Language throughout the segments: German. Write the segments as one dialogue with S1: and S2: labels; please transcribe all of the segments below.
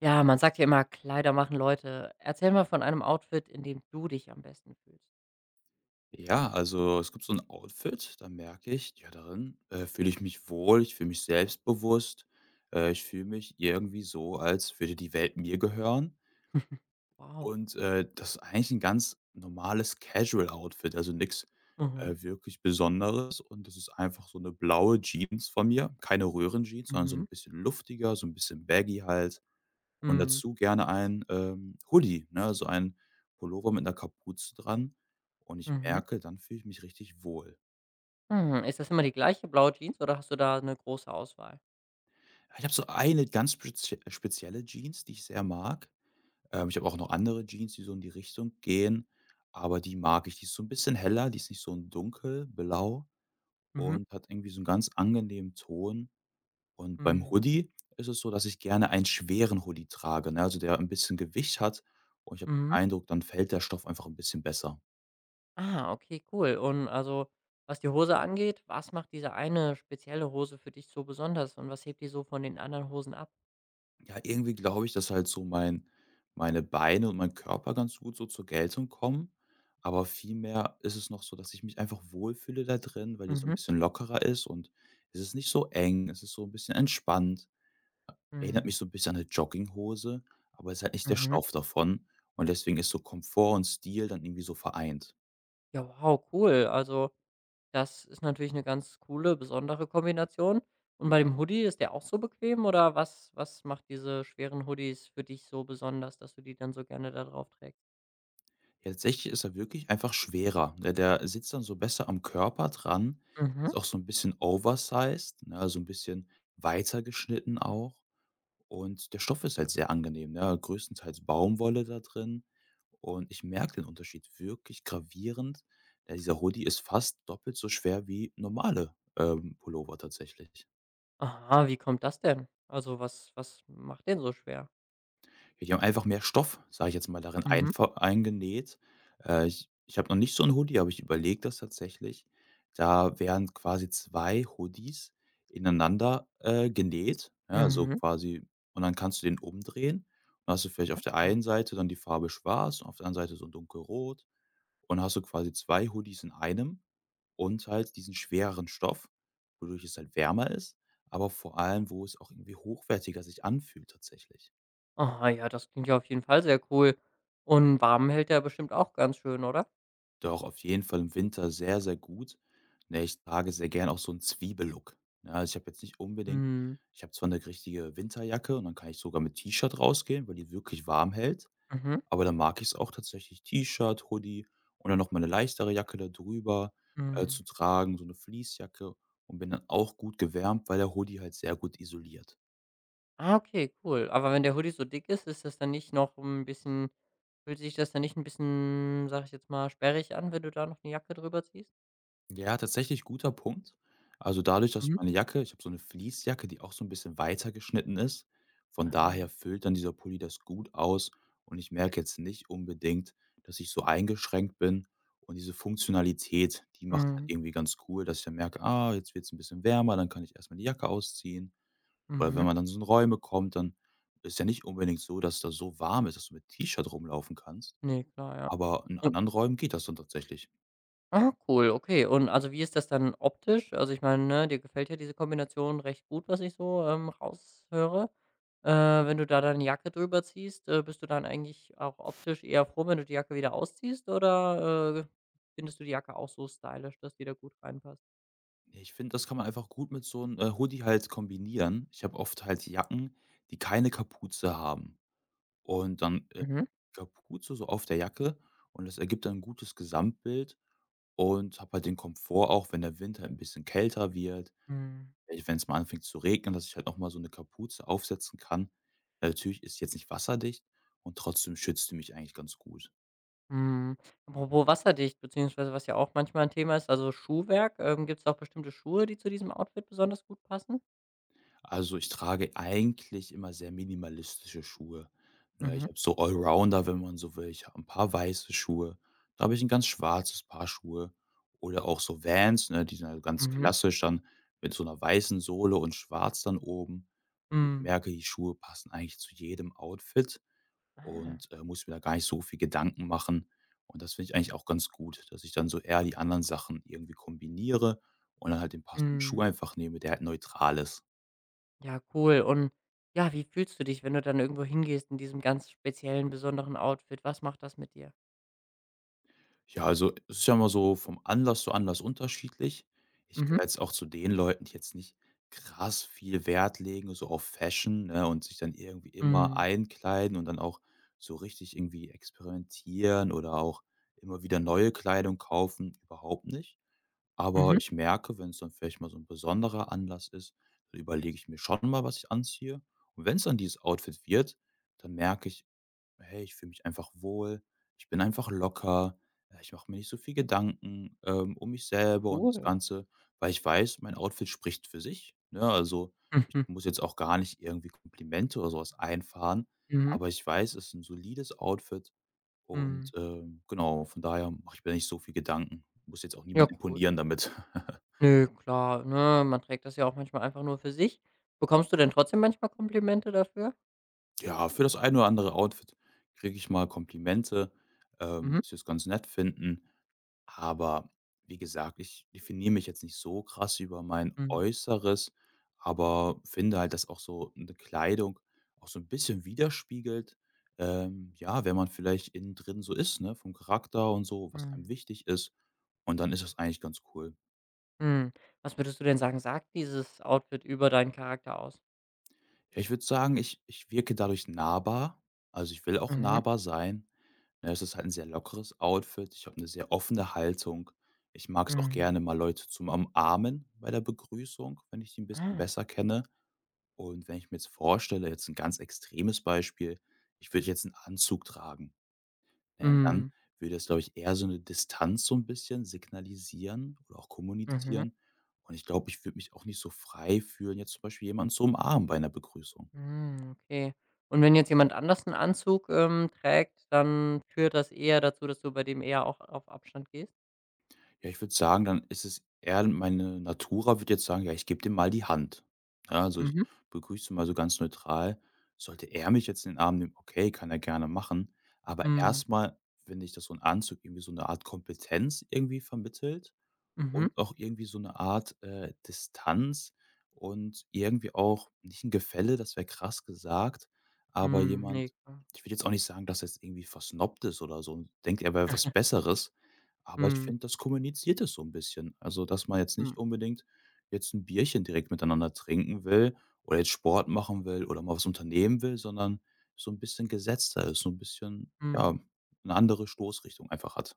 S1: Ja, man sagt ja immer: „Kleider machen Leute." Erzähl mal von einem Outfit, in dem du dich am besten fühlst.
S2: Ja, also es gibt so ein Outfit, da merke ich, ja, darin, fühle ich mich wohl, ich fühle mich selbstbewusst. Ich fühle mich irgendwie so, als würde die Welt mir gehören.
S1: Wow.
S2: Und, das ist eigentlich ein ganz normales Casual Outfit, also nichts
S1: Mhm.
S2: wirklich Besonderes. Und das ist einfach so eine blaue Jeans von mir, keine Röhrenjeans, sondern so ein
S1: Mhm.
S2: bisschen luftiger, so ein bisschen baggy halt. Und
S1: Mhm.
S2: dazu gerne ein, Hoodie, ne, so ein Pullover mit einer Kapuze dran. Und ich
S1: Mhm.
S2: merke, dann fühle ich mich richtig wohl.
S1: Mhm. Ist das immer die gleiche blaue Jeans oder hast du da eine große Auswahl?
S2: Ich habe so eine ganz spezielle Jeans, die ich sehr mag. Ich habe auch noch andere Jeans, die so in die Richtung gehen, aber die mag ich. Die ist so ein bisschen heller, die ist nicht so ein dunkelblau
S1: Mhm.
S2: und hat irgendwie so einen ganz angenehmen Ton. Und beim
S1: Mhm.
S2: Hoodie ist es so, dass ich gerne einen schweren Hoodie trage, ne, also der ein bisschen Gewicht hat und ich habe den
S1: Mhm.
S2: Eindruck, dann fällt der Stoff einfach ein bisschen besser.
S1: Ah, okay, cool. Und also, was die Hose angeht, was macht diese eine spezielle Hose für dich so besonders und was hebt die so von den anderen Hosen ab?
S2: Ja, irgendwie glaube ich, dass halt so meine Beine und mein Körper ganz gut so zur Geltung kommen, aber vielmehr ist es noch so, dass ich mich einfach wohlfühle da drin, weil die so ein
S1: Mhm.
S2: bisschen lockerer ist und es ist nicht so eng, es ist so ein bisschen entspannt. Erinnert
S1: Mhm.
S2: mich so ein bisschen an eine Jogginghose, aber es ist halt nicht der
S1: Mhm.
S2: Stoff davon und deswegen ist so Komfort und Stil dann irgendwie so vereint.
S1: Ja, wow, cool. Also, das ist natürlich eine ganz coole, besondere Kombination. Und bei dem Hoodie, ist der auch so bequem oder was macht diese schweren Hoodies für dich so besonders, dass du die dann so gerne da drauf trägst?
S2: Ja, tatsächlich ist er wirklich einfach schwerer. Der sitzt dann so besser am Körper dran.
S1: Mhm.
S2: Ist auch so ein bisschen oversized, ne, also ein bisschen weiter geschnitten auch. Und der Stoff ist halt sehr angenehm, ne? Größtenteils Baumwolle da drin. Und ich merke den Unterschied wirklich gravierend. Ja, dieser Hoodie ist fast doppelt so schwer wie normale, Pullover tatsächlich.
S1: Aha, wie kommt das denn? Also, was macht den so schwer?
S2: Die haben einfach mehr Stoff, sage ich jetzt mal, darin
S1: Mhm.
S2: einver eingenäht. Ich habe noch nicht so ein Hoodie, aber ich überlege das tatsächlich. Da wären quasi 2 Hoodies ineinander, genäht, ja, also
S1: Mhm.
S2: quasi und dann kannst du den umdrehen und hast du vielleicht auf der einen
S1: Ah.
S2: Seite dann die Farbe schwarz und auf der anderen Seite so 'n dunkelrot und hast du quasi 2 Hoodies in einem und halt diesen schwereren Stoff, wodurch es halt wärmer ist, aber vor allem, wo es auch irgendwie hochwertiger sich anfühlt tatsächlich.
S1: Aha, ja, das klingt ja auf jeden Fall sehr cool. Und warm hält der bestimmt auch ganz schön, oder?
S2: Doch, auf jeden Fall im Winter sehr, sehr gut. Ne, ich trage sehr gern auch so 'n Zwiebellook. Ja, also, ich habe jetzt nicht unbedingt
S1: Mhm.
S2: ich habe zwar 'ne richtige Winterjacke und dann kann ich sogar mit T-Shirt rausgehen, weil die wirklich warm hält,
S1: Mhm.
S2: aber dann mag ich's auch tatsächlich T-Shirt, Hoodie und dann noch mal 'ne leichtere Jacke da drüber, zu
S1: Mhm.
S2: tragen, so 'ne Fleecejacke und bin dann auch gut gewärmt, weil der Hoodie halt sehr gut isoliert.
S1: Ah, okay, cool. Aber wenn der Hoodie so dick ist, ist das dann nicht noch ein bisschen fühlt sich das dann nicht ein bisschen, sag ich jetzt mal, sperrig an, wenn du da noch eine Jacke drüber ziehst?
S2: Ja, tatsächlich guter Punkt. Also dadurch, dass
S1: Mhm.
S2: meine Jacke ich habe so eine Fleecejacke, die auch so ein bisschen weiter geschnitten ist. Von daher
S1: Ah,
S2: füllt dann dieser Pulli das gut aus und ich merke jetzt nicht unbedingt, dass ich so eingeschränkt bin. Und diese Funktionalität, die macht halt
S1: mhm,
S2: irgendwie ganz cool, dass ich dann merke: „Ah, jetzt wird es ein bisschen wärmer, dann kann ich erstmal die Jacke ausziehen.“ Oder wenn
S1: mhm.
S2: man dann so in Räume kommt, dann ist ja nicht unbedingt so, dass da so warm ist, dass du mit T-Shirt rumlaufen kannst.
S1: Ne, klar, ja.
S2: Aber in
S1: Und
S2: anderen Räumen geht das dann tatsächlich.
S1: cool, okay. Und also, wie ist das dann optisch? Also, ich meine, ne, dir gefällt ja diese Kombination recht gut, was ich so, raushöre. Äh, Wenn du da deine Jacke drüber ziehst, bist du dann eigentlich auch optisch eher froh, wenn du die Jacke wieder ausziehst oder, findest du die Jacke auch so stylisch, dass die da gut reinpasst?
S2: Ne, ich finde, das kann man einfach gut mit so einem Hoodie halt kombinieren. Ich habe oft halt Jacken, die keine Kapuze haben und dann,
S1: Mhm.
S2: Kapuze so auf der Jacke und das ergibt dann ein gutes Gesamtbild und habe halt den Komfort auch, wenn der Winter ein bisschen kälter wird,
S1: Mhm.
S2: wenn es mal anfängt zu regnen, dass ich halt noch mal so eine Kapuze aufsetzen kann. Natürlich ist sie jetzt nicht wasserdicht und trotzdem schützt sie mich eigentlich ganz gut.
S1: Mhm. Apropos wasserdicht, beziehungsweise was ja auch manchmal ein Thema ist, also Schuhwerk, gibt's da auch bestimmte Schuhe, die zu diesem Outfit besonders gut passen?
S2: Also, ich trage eigentlich immer sehr minimalistische Schuhe, ne? Ich
S1: Mhm.
S2: habe so Allrounder, wenn man so will. Ich habe ein paar weiße Schuhe, da habe ich ein ganz schwarzes Paar Schuhe oder auch so Vans, ne? Die sind halt ganz
S1: Mhm.
S2: klassisch dann mit so einer weißen Sohle und schwarz dann oben. Und ich
S1: Mhm.
S2: merke, die Schuhe passen eigentlich zu jedem Outfit
S1: Ah.
S2: und, muss mir da gar nicht so viel Gedanken machen. Und das finde ich eigentlich auch ganz gut, dass ich dann so eher die anderen Sachen irgendwie kombiniere und dann halt den passenden Schuh
S1: Mhm.
S2: einfach nehme, der halt neutral ist.
S1: Ja, cool. Und ja, wie fühlst du dich, wenn du dann irgendwo hingehst in diesem ganz speziellen, besonderen Outfit? Was macht das mit dir?
S2: Ja, also, es ist ja immer so vom Anlass zu Anlass unterschiedlich. Ich
S1: Mhm.
S2: gehöre jetzt auch zu den Leuten, die jetzt nicht krass viel Wert legen, so auf Fashion, ne, und sich dann irgendwie immer
S1: Mhm.
S2: einkleiden und dann auch so richtig irgendwie experimentieren oder auch immer wieder neue Kleidung kaufen, überhaupt nicht. Aber
S1: Mhm.
S2: ich merke, wenn es dann vielleicht mal so ein besonderer Anlass ist, dann überlege ich mir schon mal, was ich anziehe. Und wenn es dann dieses Outfit wird, dann merke ich: Hey, ich fühle mich einfach wohl, ich bin einfach locker, ich mache mir nicht so viel Gedanken, um mich selber und das
S1: Cool.
S2: Ganze, weil ich weiß, mein Outfit spricht für sich, ne? Also, ich
S1: Mhm.
S2: muss jetzt auch gar nicht irgendwie Komplimente oder so was einfahren,
S1: Mhm.
S2: aber ich weiß, es ist ein solides Outfit
S1: Mhm.
S2: und, genau, von daher mache ich mir nicht so viel Gedanken. Muss jetzt auch
S1: Ja,
S2: niemand
S1: cool.
S2: imponieren damit.
S1: Ne, klar, ne? Man trägt das ja auch manchmal einfach nur für sich. Bekommst du denn trotzdem manchmal Komplimente dafür?
S2: Ja, für das ein oder andere Outfit kriege ich mal Komplimente,
S1: Mhm.
S2: dass sie es ganz nett finden. Aber wie gesagt, ich definiere mich jetzt nicht so krass über mein
S1: Mhm,
S2: Äußeres, aber finde halt, dass auch so eine Kleidung auch so ein bisschen widerspiegelt, ja, wer man vielleicht innen drin so ist, ne, vom Charakter und so, was einem
S1: mhm,
S2: wichtig ist. Und dann ist das eigentlich ganz cool.
S1: mhm. Was würdest du denn sagen, sagt dieses Outfit über deinen Charakter aus?
S2: Ja, ich würde sagen, ich wirke dadurch nahbar. Also, ich will auch
S1: Mhm,
S2: nahbar sein. Ne, es ist halt 'n sehr lockeres Outfit. Ich habe 'ne sehr offene Haltung. Ich mag's auch
S1: mhm.
S2: gerne mal Leute zum Umarmen bei der Begrüßung, wenn ich die 'n bisschen
S1: Ah,
S2: besser kenne. Und wenn ich mir jetzt vorstelle, jetzt 'n ganz extremes Beispiel, ich würde jetzt 'n Anzug tragen, ne, dann
S1: mhm,
S2: würde das, glaube ich, eher so 'ne Distanz so 'n bisschen signalisieren oder auch
S1: mhm,
S2: kommunizieren. Und ich glaube, ich würde mich auch nicht so frei fühlen, jetzt zum Beispiel jemanden zu umarmen bei 'ner Begrüßung.
S1: mhm, okay. Und wenn jetzt jemand anders einen Anzug, trägt, dann führt das eher dazu, dass du bei dem eher auch auf Abstand gehst?
S2: Ja, ich würde sagen, dann ist es eher meine Natura würde jetzt sagen: „Ja, ich gebe dem mal die Hand.“ Ja, also, ich
S1: Mhm,
S2: begrüße mal so ganz neutral. Sollte er mich jetzt in den Arm nehmen, okay, kann er gerne machen. Aber
S1: mhm,
S2: erstmal, mal finde ich, dass so ein Anzug irgendwie so eine Art Kompetenz irgendwie vermittelt
S1: mhm,
S2: und auch irgendwie so eine Art, Distanz und irgendwie auch nicht ein Gefälle, das wäre krass gesagt, aber
S1: mhm, ne,
S2: jemand
S1: klar.
S2: ich will jetzt auch nicht sagen, dass er jetzt irgendwie versnobbt ist oder so und denkt, er wäre was Besseres, aber ich
S1: Mhm,
S2: finde, das kommuniziert es so ein bisschen. Also, dass man jetzt nicht
S1: mhm,
S2: unbedingt jetzt ein Bierchen direkt miteinander trinken will oder jetzt Sport machen will oder mal was unternehmen will, sondern so ein bisschen gesetzter ist, so ein bisschen, ja,
S1: mhm.
S2: eine andere Stoßrichtung einfach hat.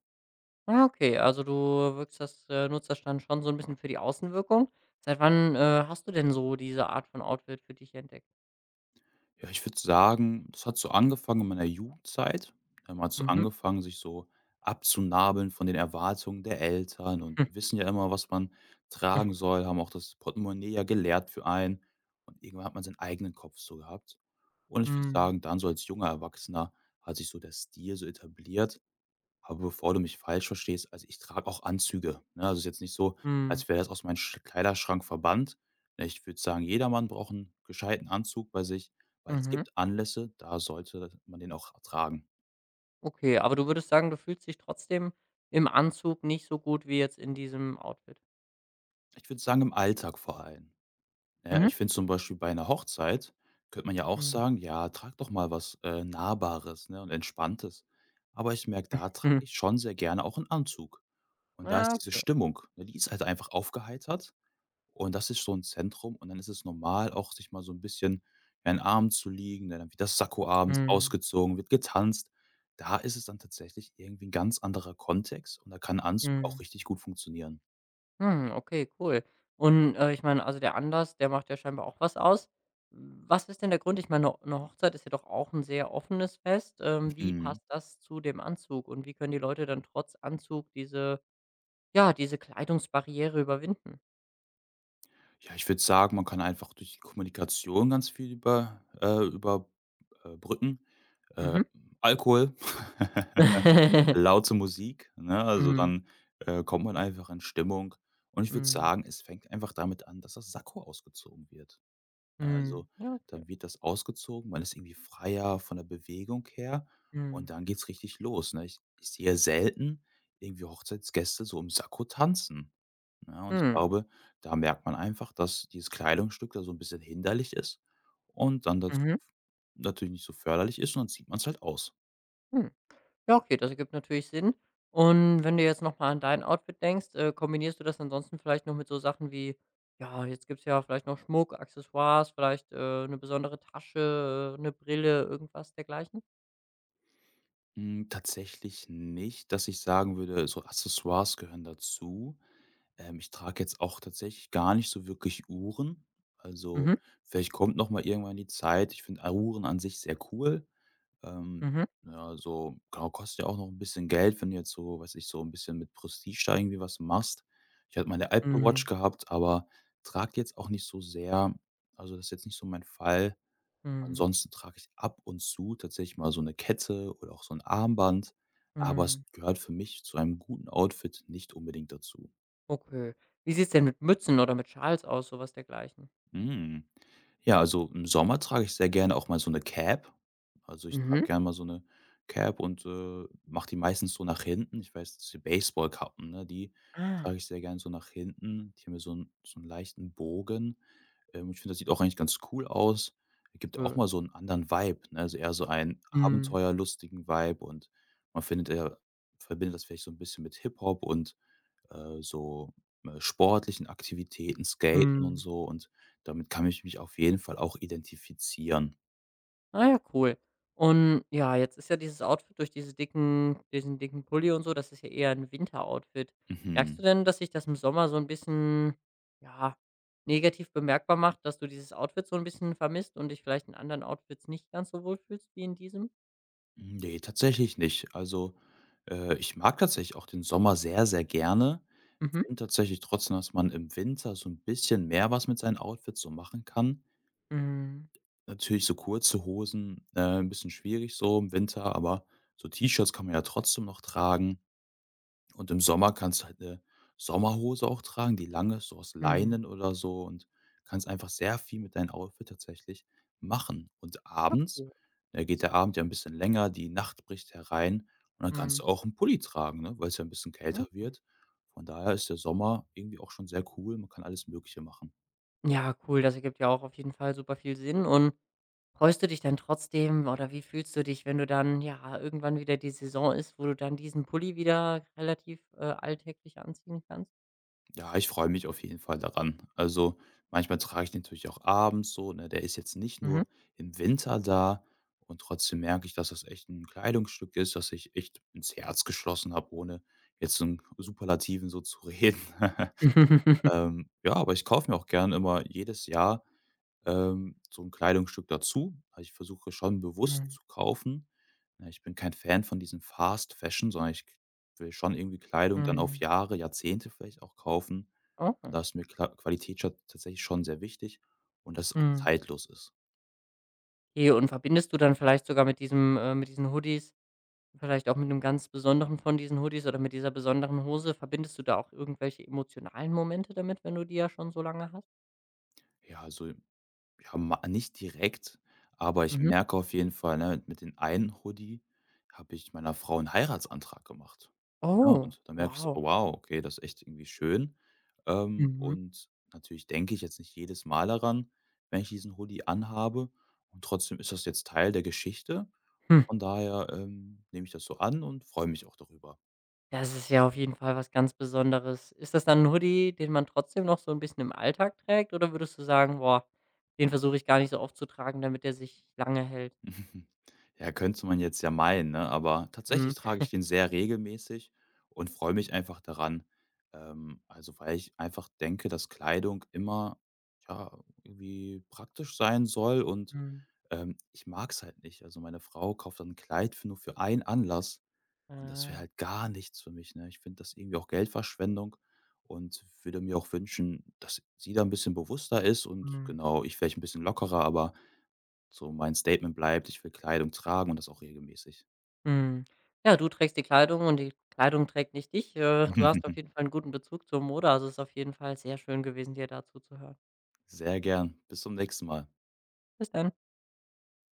S1: Ah, okay, also du wirkst das nutzt das dann schon so ein bisschen für die Außenwirkung. Seit wann, hast du denn so diese Art von Outfit für dich entdeckt?
S2: Ja, ich würde sagen, das hat so angefangen in meiner Jugendzeit. Hat so
S1: Mhm.
S2: angefangen, sich so abzunabeln von den Erwartungen der Eltern und die wissen ja immer, was man tragen soll, haben auch das Portemonnaie ja gelehrt für einen und irgendwann hat man seinen eigenen Kopf so gehabt. Und ich würde
S1: hm
S2: sagen, dann so als junger Erwachsener hat sich so der Stil so etabliert, aber bevor du mich falsch verstehst, also ich trage auch Anzüge, ne? Also, es ist jetzt nicht so,
S1: hm
S2: als wäre das aus meinem Sch Kleiderschrank verbannt. Ne, ich würde sagen, jeder Mann braucht einen gescheiten Anzug bei sich, weil es
S1: Mhm.
S2: gibt Anlässe, da sollte man den auch tragen.
S1: Okay, aber du würdest sagen, du fühlst dich trotzdem im Anzug nicht so gut wie jetzt in diesem Outfit?
S2: Ich würde sagen, im Alltag vor allem, ne?
S1: Mhm.
S2: Ich finde zum Beispiel bei einer Hochzeit könnte man ja auch
S1: Mhm.
S2: sagen: „Ja, trag doch mal was, Nahbares, ne, und Entspanntes.“ Aber ich merke, da trage
S1: Mhm.
S2: ich schon sehr gerne auch einen Anzug. Und da
S1: Ja,
S2: ist diese
S1: okay.
S2: Stimmung, ne, die ist halt einfach aufgeheitert. Und das ist so 'n Zentrum und dann ist es normal, auch sich mal so 'n bisschen in den Armen zu liegen, ne, dann wird das Sakko abends
S1: hm
S2: ausgezogen, wird getanzt. Da ist es dann tatsächlich irgendwie 'n ganz anderer Kontext und da kann Anzug auch
S1: Mhm.
S2: richtig gut funktionieren.
S1: Hm, okay, cool. Und, ich meine, also, der Anlass, der macht ja scheinbar auch was aus. Was ist denn der Grund? Ich meine, no, eine Hochzeit ist ja doch auch ein sehr offenes Fest. Wie
S2: Mhm.
S1: passt das zu dem Anzug und wie können die Leute dann trotz Anzug diese ja, diese Kleidungsbarriere überwinden?
S2: Ja, ich würde sagen, man kann einfach durch die Kommunikation ganz viel über brücken. Äh,
S1: Mhm.
S2: Alkohol, laute Musik, ne? Also,
S1: Mhm.
S2: dann, kommt man einfach in Stimmung und ich würde
S1: Mhm.
S2: sagen, es fängt einfach damit an, dass das Sakko ausgezogen wird.
S1: Mhm.
S2: Also,
S1: Ja, okay.
S2: dann wird das ausgezogen, man ist irgendwie freier von der Bewegung her und
S1: Mhm.
S2: dann geht's richtig los, ne? Ich sehe selten irgendwie Hochzeitsgäste so im Sakko tanzen, ne? Und ich
S1: Hm.
S2: glaube, da merkt man einfach, dass dieses Kleidungsstück da so ein bisschen hinderlich ist und dann dazu
S1: Mhm.
S2: natürlich nicht so förderlich ist und dann zieht man es halt aus.
S1: Hm. Ja, okay, das ergibt natürlich Sinn. Und wenn du jetzt noch mal an dein Outfit denkst, kombinierst du das ansonsten vielleicht noch mit so Sachen wie ja, jetzt gibt es ja vielleicht noch Schmuck, Accessoires, vielleicht, 'ne besondere Tasche, 'ne Brille, irgendwas dergleichen?
S2: Hm, tatsächlich nicht, dass ich sagen würde, so Accessoires gehören dazu. Ich trage jetzt auch tatsächlich gar nicht so wirklich Uhren. Also,
S1: Mhm.
S2: vielleicht kommt noch mal irgendwann die Zeit. Ich finde Uhren an sich sehr cool. Ähm,
S1: Mhm.
S2: ja, so genau, kostet ja auch noch ein bisschen Geld, wenn du jetzt so weiß ich, so ein bisschen mit Prestige da irgendwie was machst. Ich hatte meine Apple Watch
S1: Mhm.
S2: gehabt, aber trage jetzt auch nicht so sehr. Also, das ist jetzt nicht so mein Fall.
S1: Mhm.
S2: Ansonsten trage ich ab und zu tatsächlich mal so eine Kette oder auch so ein Armband, aber es
S1: Mhm.
S2: gehört für mich zu einem guten Outfit nicht unbedingt dazu.
S1: Okay. Wie sieht's denn mit Mützen oder mit Schals aus, sowas dergleichen?
S2: Mhm. Ja, also im Sommer trage ich sehr gerne auch mal so 'ne Cap. Also, ich trage
S1: Mhm.
S2: gerne mal so 'ne Cap und, mache die meistens so nach hinten. Ich weiß, diese Baseballkappen, ne, die trage
S1: Ah,
S2: ich sehr gerne so nach hinten. Die haben ja so 'n leichten Bogen. Ich finde, das sieht auch eigentlich ganz cool aus. Gibt auch
S1: schön.
S2: mal so 'n anderen Vibe, ne? Also, eher so einen
S1: Mhm.
S2: abenteuerlustigen Vibe und man findet, verbindet das vielleicht so 'n bisschen mit Hip-Hop und äh, so, sportlichen Aktivitäten, Skaten und
S1: Mhm.
S2: so und damit kann ich mich auf jeden Fall auch identifizieren.
S1: Ah ja, cool. Und ja, jetzt ist ja dieses Outfit durch diesen dicken Pulli und so, das ist ja eher 'n Winteroutfit. Merkst
S2: Mhm.
S1: du denn, dass sich das im Sommer so ein bisschen, ja, negativ bemerkbar macht, dass du dieses Outfit so ein bisschen vermisst und dich vielleicht in anderen Outfits nicht ganz so wohl fühlst wie in diesem?
S2: Ne, tatsächlich nicht. Also, ich mag tatsächlich auch den Sommer sehr, sehr gerne.
S1: Mhm.
S2: Finde tatsächlich trotzdem, dass man im Winter so ein bisschen mehr was mit seinen Outfits so machen kann.
S1: Mhm.
S2: Natürlich so kurze Hosen, 'n bisschen schwierig so im Winter, aber so T-Shirts kann man ja trotzdem noch tragen. Und im Sommer kannst du halt eine Sommerhose auch tragen, die lange, ist, so aus
S1: Mhm.
S2: Leinen oder so und kannst einfach sehr viel mit deinem Outfit tatsächlich machen. Und
S1: Ja,
S2: abends,
S1: cool.
S2: da geht der Abend ja ein bisschen länger, die Nacht bricht herein und dann kannst
S1: Mhm.
S2: du auch einen Pulli tragen, ne, weil es ja ein bisschen kälter
S1: Mhm.
S2: wird. Von daher ist der Sommer irgendwie auch schon sehr cool. Man kann alles Mögliche machen.
S1: Ja, cool, das ergibt ja auch auf jeden Fall super viel Sinn und freust du dich dann trotzdem oder wie fühlst du dich, wenn du dann, ja, irgendwann wieder die Saison ist, wo du dann diesen Pulli wieder relativ, alltäglich anziehen kannst?
S2: Ja, ich freue mich auf jeden Fall daran. Also, manchmal trage ich den natürlich auch abends so, ne? Der ist jetzt nicht
S1: Mhm.
S2: nur im Winter da und trotzdem merke ich, dass das echt ein Kleidungsstück ist, das ich echt ins Herz geschlossen habe, ohne jetzt so einen Superlativen so zu reden. Ja, aber ich kaufe mir auch gern immer jedes Jahr, so ein Kleidungsstück dazu. Also, ich versuche schon bewusst
S1: Mhm.
S2: zu kaufen. Ne, ich bin kein Fan von diesem Fast Fashion, sondern ich will schon irgendwie Kleidung dann auf
S1: Mhm.
S2: Jahre, Jahrzehnte vielleicht auch kaufen.
S1: Oh.
S2: Und da ist mir klar Qualität scho tatsächlich schon sehr wichtig und dass es auch
S1: Mhm.
S2: zeitlos ist.
S1: Okay, und verbindest du dann vielleicht sogar mit diesen Hoodies vielleicht auch mit einem ganz besonderen von diesen Hoodies oder mit dieser besonderen Hose verbindest du da auch irgendwelche emotionalen Momente damit, wenn du die ja schon so lange hast?
S2: Ja, also, ja, ma nicht direkt, aber ich
S1: Mhm.
S2: merke auf jeden Fall, ne, mit dem einen Hoodie habe ich meiner Frau einen Heiratsantrag gemacht. Ja,
S1: Oh,
S2: und da merke ich so: „Oh
S1: wow.
S2: wow, okay, das ist echt irgendwie schön.“
S1: Mhm.
S2: und natürlich denke ich jetzt nicht jedes Mal daran, wenn ich diesen Hoodie anhabe und trotzdem ist das jetzt Teil der Geschichte und von daher, nehme ich das so an und freue mich auch darüber.
S1: Das ist ja auf jeden Fall was ganz Besonderes. Ist das dann 'n Hoodie, den man trotzdem noch so ein bisschen im Alltag trägt oder würdest du sagen: „Boah, den versuche ich gar nicht so oft zu tragen, damit der sich lange hält?"
S2: Mhm. Ja, könnte man jetzt ja meinen, ne? Aber
S1: Mhm,
S2: tatsächlich trage ich den sehr regelmäßig und freue mich einfach daran. Also, weil ich einfach denke, dass Kleidung immer, ja, irgendwie praktisch sein soll und,
S1: mhm,
S2: ich mag es halt nicht. Also, meine Frau kauft dann 'n Kleid für nur für einen Anlass und das wäre
S1: ah,
S2: halt gar nichts für mich, ne? Ich finde das irgendwie auch Geldverschwendung und würde mir auch wünschen, dass sie da ein bisschen bewusster ist und
S1: mhm,
S2: genau, ich vielleicht ein bisschen lockerer, aber so mein Statement bleibt: „Ich will Kleidung tragen und das auch regelmäßig.“
S1: mhm. Ja, du trägst die Kleidung und die Kleidung trägt nicht dich. Du hast auf jeden Fall einen guten Bezug zur Mode, also, es ist auf jeden Fall sehr schön gewesen, dir dazu zu hören.
S2: Sehr gern. Bis zum nächsten Mal.
S1: Bis dann.